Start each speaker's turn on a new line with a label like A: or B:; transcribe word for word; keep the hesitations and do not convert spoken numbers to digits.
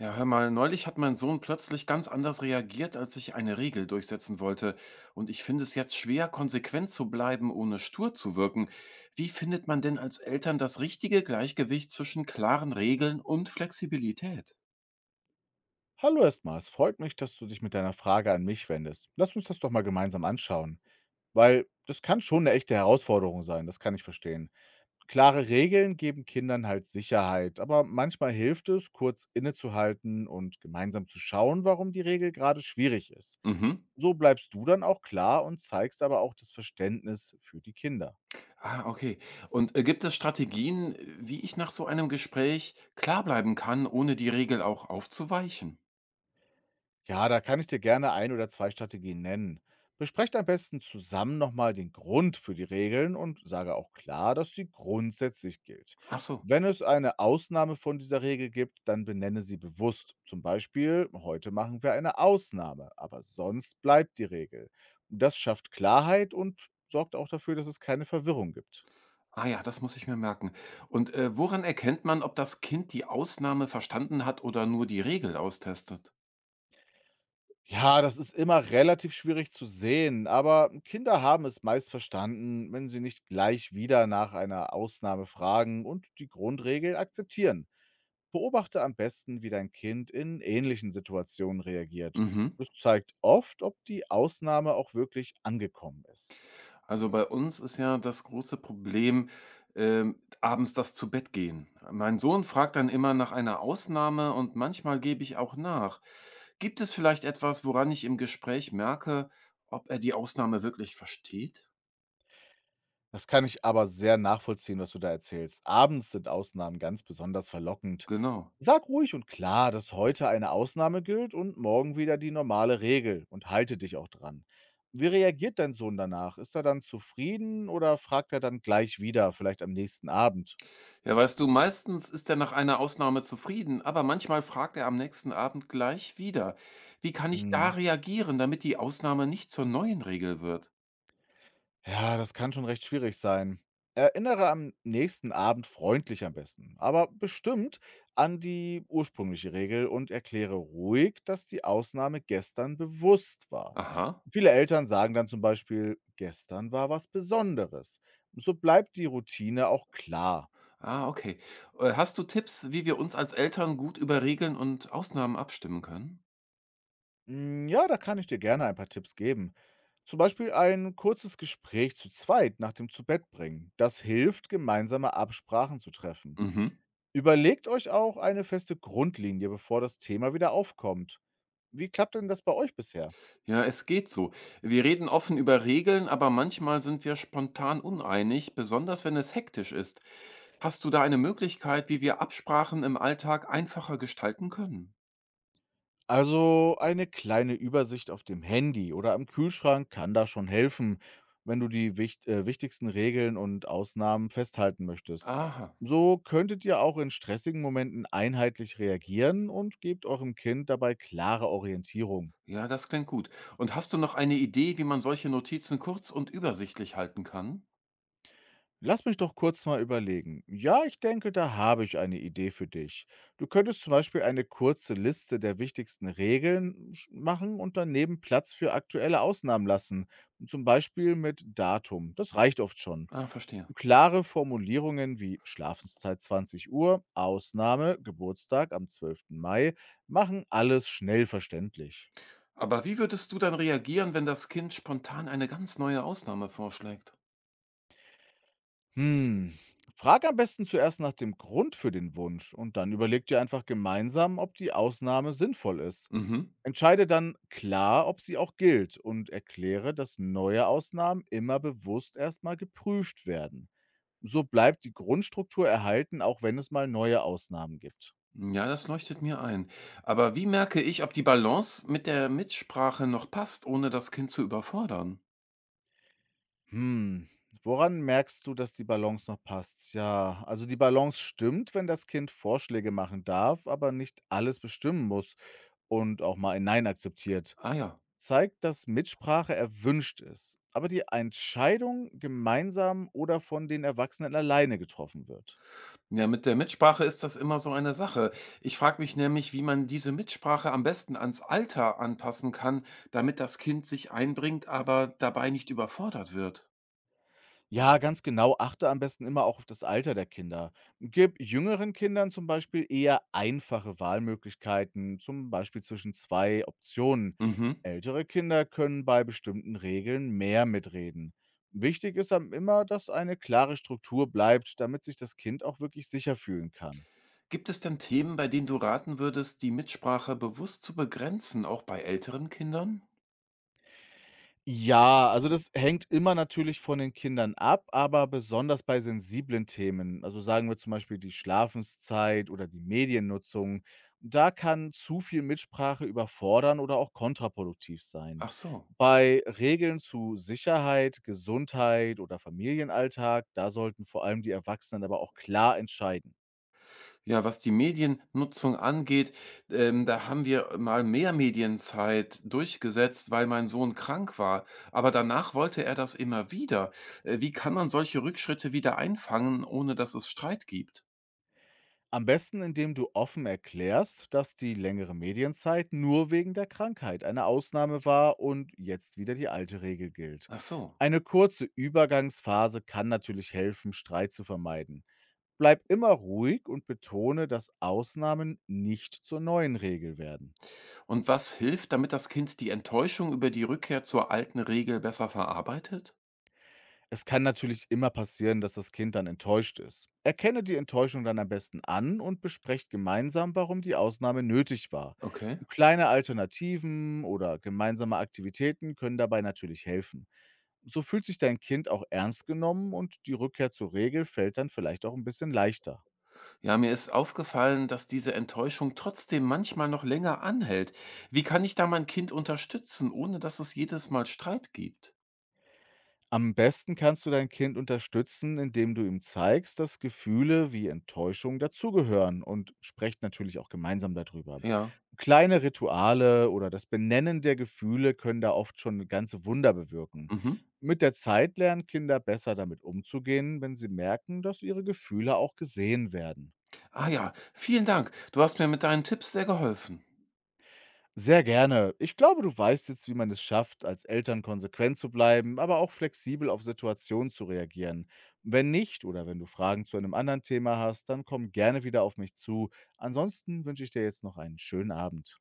A: Ja, hör mal, neulich hat mein Sohn plötzlich ganz anders reagiert, als ich eine Regel durchsetzen wollte. Und ich finde es jetzt schwer, konsequent zu bleiben, ohne stur zu wirken. Wie findet man denn als Eltern das richtige Gleichgewicht zwischen klaren Regeln und Flexibilität?
B: Hallo erstmal, es freut mich, dass du dich mit deiner Frage an mich wendest. Lass uns das doch mal gemeinsam anschauen, weil das kann schon eine echte Herausforderung sein, das kann ich verstehen. Klare Regeln geben Kindern halt Sicherheit, aber manchmal hilft es, kurz innezuhalten und gemeinsam zu schauen, warum die Regel gerade schwierig ist.
A: Mhm.
B: So bleibst du dann auch klar und zeigst aber auch das Verständnis für die Kinder.
A: Ah, okay. Und äh, gibt es Strategien, äh, wie ich nach so einem Gespräch klar bleiben kann, ohne die Regel auch aufzuweichen?
B: Ja, da kann ich dir gerne ein oder zwei Strategien nennen. Besprecht am besten zusammen nochmal den Grund für die Regeln und sage auch klar, dass sie grundsätzlich gilt.
A: Ach so.
B: Wenn es eine Ausnahme von dieser Regel gibt, dann benenne sie bewusst. Zum Beispiel, heute machen wir eine Ausnahme, aber sonst bleibt die Regel. Das schafft Klarheit und sorgt auch dafür, dass es keine Verwirrung gibt.
A: Ah ja, das muss ich mir merken. Und, äh, woran erkennt man, ob das Kind die Ausnahme verstanden hat oder nur die Regel austestet?
B: Ja, das ist immer relativ schwierig zu sehen, aber Kinder haben es meist verstanden, wenn sie nicht gleich wieder nach einer Ausnahme fragen und die Grundregel akzeptieren. Beobachte am besten, wie dein Kind in ähnlichen Situationen reagiert.
A: Mhm.
B: Das zeigt oft, ob die Ausnahme auch wirklich angekommen ist.
A: Also, bei uns ist ja das große Problem, ähm, abends das Zu-Bett-Gehen. Mein Sohn fragt dann immer nach einer Ausnahme und manchmal gebe ich auch nach. Gibt es vielleicht etwas, woran ich im Gespräch merke, ob er die Ausnahme wirklich versteht?
B: Das kann ich aber sehr nachvollziehen, was du da erzählst. Abends sind Ausnahmen ganz besonders verlockend.
A: Genau.
B: Sag ruhig und klar, dass heute eine Ausnahme gilt und morgen wieder die normale Regel und halte dich auch dran. Wie reagiert dein Sohn danach? Ist er dann zufrieden oder fragt er dann gleich wieder, vielleicht am nächsten Abend?
A: Ja, weißt du, meistens ist er nach einer Ausnahme zufrieden, aber manchmal fragt er am nächsten Abend gleich wieder. Wie kann ich da
B: Mhm.
A: reagieren, damit die Ausnahme nicht zur neuen Regel wird?
B: Ja, das kann schon recht schwierig sein. Erinnere am nächsten Abend freundlich am besten, aber bestimmt an die ursprüngliche Regel und erkläre ruhig, dass die Ausnahme gestern bewusst war.
A: Aha.
B: Viele Eltern sagen dann zum Beispiel, gestern war was Besonderes. So bleibt die Routine auch klar.
A: Ah, okay. Äh, Hast du Tipps, wie wir uns als Eltern gut über Regeln und Ausnahmen abstimmen können?
B: Mm, Ja, da kann ich dir gerne ein paar Tipps geben. Zum Beispiel ein kurzes Gespräch zu zweit nach dem Zubettbringen. Das hilft, gemeinsame Absprachen zu treffen.
A: Mhm.
B: Überlegt euch auch eine feste Grundlinie, bevor das Thema wieder aufkommt. Wie klappt denn das bei euch bisher?
A: Ja, es geht so. Wir reden offen über Regeln, aber manchmal sind wir spontan uneinig, besonders wenn es hektisch ist. Hast du da eine Möglichkeit, wie wir Absprachen im Alltag einfacher gestalten können?
B: Also eine kleine Übersicht auf dem Handy oder am Kühlschrank kann da schon helfen, wenn du die wicht äh, wichtigsten Regeln und Ausnahmen festhalten möchtest.
A: Aha.
B: So könntet ihr auch in stressigen Momenten einheitlich reagieren und gebt eurem Kind dabei klare Orientierung.
A: Ja, das klingt gut. Und hast du noch eine Idee, wie man solche Notizen kurz und übersichtlich halten kann?
B: Lass mich doch kurz mal überlegen. Ja, ich denke, da habe ich eine Idee für dich. Du könntest zum Beispiel eine kurze Liste der wichtigsten Regeln sch- machen und daneben Platz für aktuelle Ausnahmen lassen. Zum Beispiel mit Datum. Das reicht oft schon.
A: Ah, verstehe.
B: Klare Formulierungen wie Schlafenszeit zwanzig Uhr, Ausnahme, Geburtstag am zwölften Mai machen alles schnell verständlich.
A: Aber wie würdest du dann reagieren, wenn das Kind spontan eine ganz neue Ausnahme vorschlägt?
B: Hm. Frag am besten zuerst nach dem Grund für den Wunsch und dann überlegt ihr einfach gemeinsam, ob die Ausnahme sinnvoll ist.
A: Mhm.
B: Entscheide dann klar, ob sie auch gilt und erkläre, dass neue Ausnahmen immer bewusst erstmal geprüft werden. So bleibt die Grundstruktur erhalten, auch wenn es mal neue Ausnahmen gibt.
A: Ja, das leuchtet mir ein. Aber wie merke ich, ob die Balance mit der Mitsprache noch passt, ohne das Kind zu überfordern?
B: Hm. Woran merkst du, dass die Balance noch passt? Ja, also die Balance stimmt, wenn das Kind Vorschläge machen darf, aber nicht alles bestimmen muss und auch mal ein Nein akzeptiert.
A: Ah ja.
B: Zeigt, dass Mitsprache erwünscht ist, aber die Entscheidung gemeinsam oder von den Erwachsenen alleine getroffen wird.
A: Ja, mit der Mitsprache ist das immer so eine Sache. Ich frage mich nämlich, wie man diese Mitsprache am besten ans Alter anpassen kann, damit das Kind sich einbringt, aber dabei nicht überfordert wird.
B: Ja, ganz genau. Achte am besten immer auch auf das Alter der Kinder. Gib jüngeren Kindern zum Beispiel eher einfache Wahlmöglichkeiten, zum Beispiel zwischen zwei Optionen.
A: Mhm.
B: Ältere Kinder können bei bestimmten Regeln mehr mitreden. Wichtig ist am immer, dass eine klare Struktur bleibt, damit sich das Kind auch wirklich sicher fühlen kann.
A: Gibt es denn Themen, bei denen du raten würdest, die Mitsprache bewusst zu begrenzen, auch bei älteren Kindern?
B: Ja, also das hängt immer natürlich von den Kindern ab, aber besonders bei sensiblen Themen, also sagen wir zum Beispiel die Schlafenszeit oder die Mediennutzung, da kann zu viel Mitsprache überfordern oder auch kontraproduktiv sein.
A: Ach so.
B: Bei Regeln zu Sicherheit, Gesundheit oder Familienalltag, da sollten vor allem die Erwachsenen aber auch klar entscheiden.
A: Ja, was die Mediennutzung angeht, ähm, da haben wir mal mehr Medienzeit durchgesetzt, weil mein Sohn krank war. Aber danach wollte er das immer wieder. Äh, wie kann man solche Rückschritte wieder einfangen, ohne dass es Streit gibt?
B: Am besten, indem du offen erklärst, dass die längere Medienzeit nur wegen der Krankheit eine Ausnahme war und jetzt wieder die alte Regel gilt.
A: Ach so.
B: Eine kurze Übergangsphase kann natürlich helfen, Streit zu vermeiden. Bleib immer ruhig und betone, dass Ausnahmen nicht zur neuen Regel werden.
A: Und was hilft, damit das Kind die Enttäuschung über die Rückkehr zur alten Regel besser verarbeitet?
B: Es kann natürlich immer passieren, dass das Kind dann enttäuscht ist. Erkenne die Enttäuschung dann am besten an und besprecht gemeinsam, warum die Ausnahme nötig war.
A: Okay.
B: Kleine Alternativen oder gemeinsame Aktivitäten können dabei natürlich helfen. So fühlt sich dein Kind auch ernst genommen und die Rückkehr zur Regel fällt dann vielleicht auch ein bisschen leichter.
A: Ja, mir ist aufgefallen, dass diese Enttäuschung trotzdem manchmal noch länger anhält. Wie kann ich da mein Kind unterstützen, ohne dass es jedes Mal Streit gibt?
B: Am besten kannst du dein Kind unterstützen, indem du ihm zeigst, dass Gefühle wie Enttäuschung dazugehören und sprecht natürlich auch gemeinsam darüber.
A: Ja.
B: Kleine Rituale oder das Benennen der Gefühle können da oft schon ganze Wunder bewirken.
A: Mhm.
B: Mit der Zeit lernen Kinder besser damit umzugehen, wenn sie merken, dass ihre Gefühle auch gesehen werden.
A: Ah ja, vielen Dank. Du hast mir mit deinen Tipps sehr geholfen.
B: Sehr gerne. Ich glaube, du weißt jetzt, wie man es schafft, als Eltern konsequent zu bleiben, aber auch flexibel auf Situationen zu reagieren. Wenn nicht oder wenn du Fragen zu einem anderen Thema hast, dann komm gerne wieder auf mich zu. Ansonsten wünsche ich dir jetzt noch einen schönen Abend.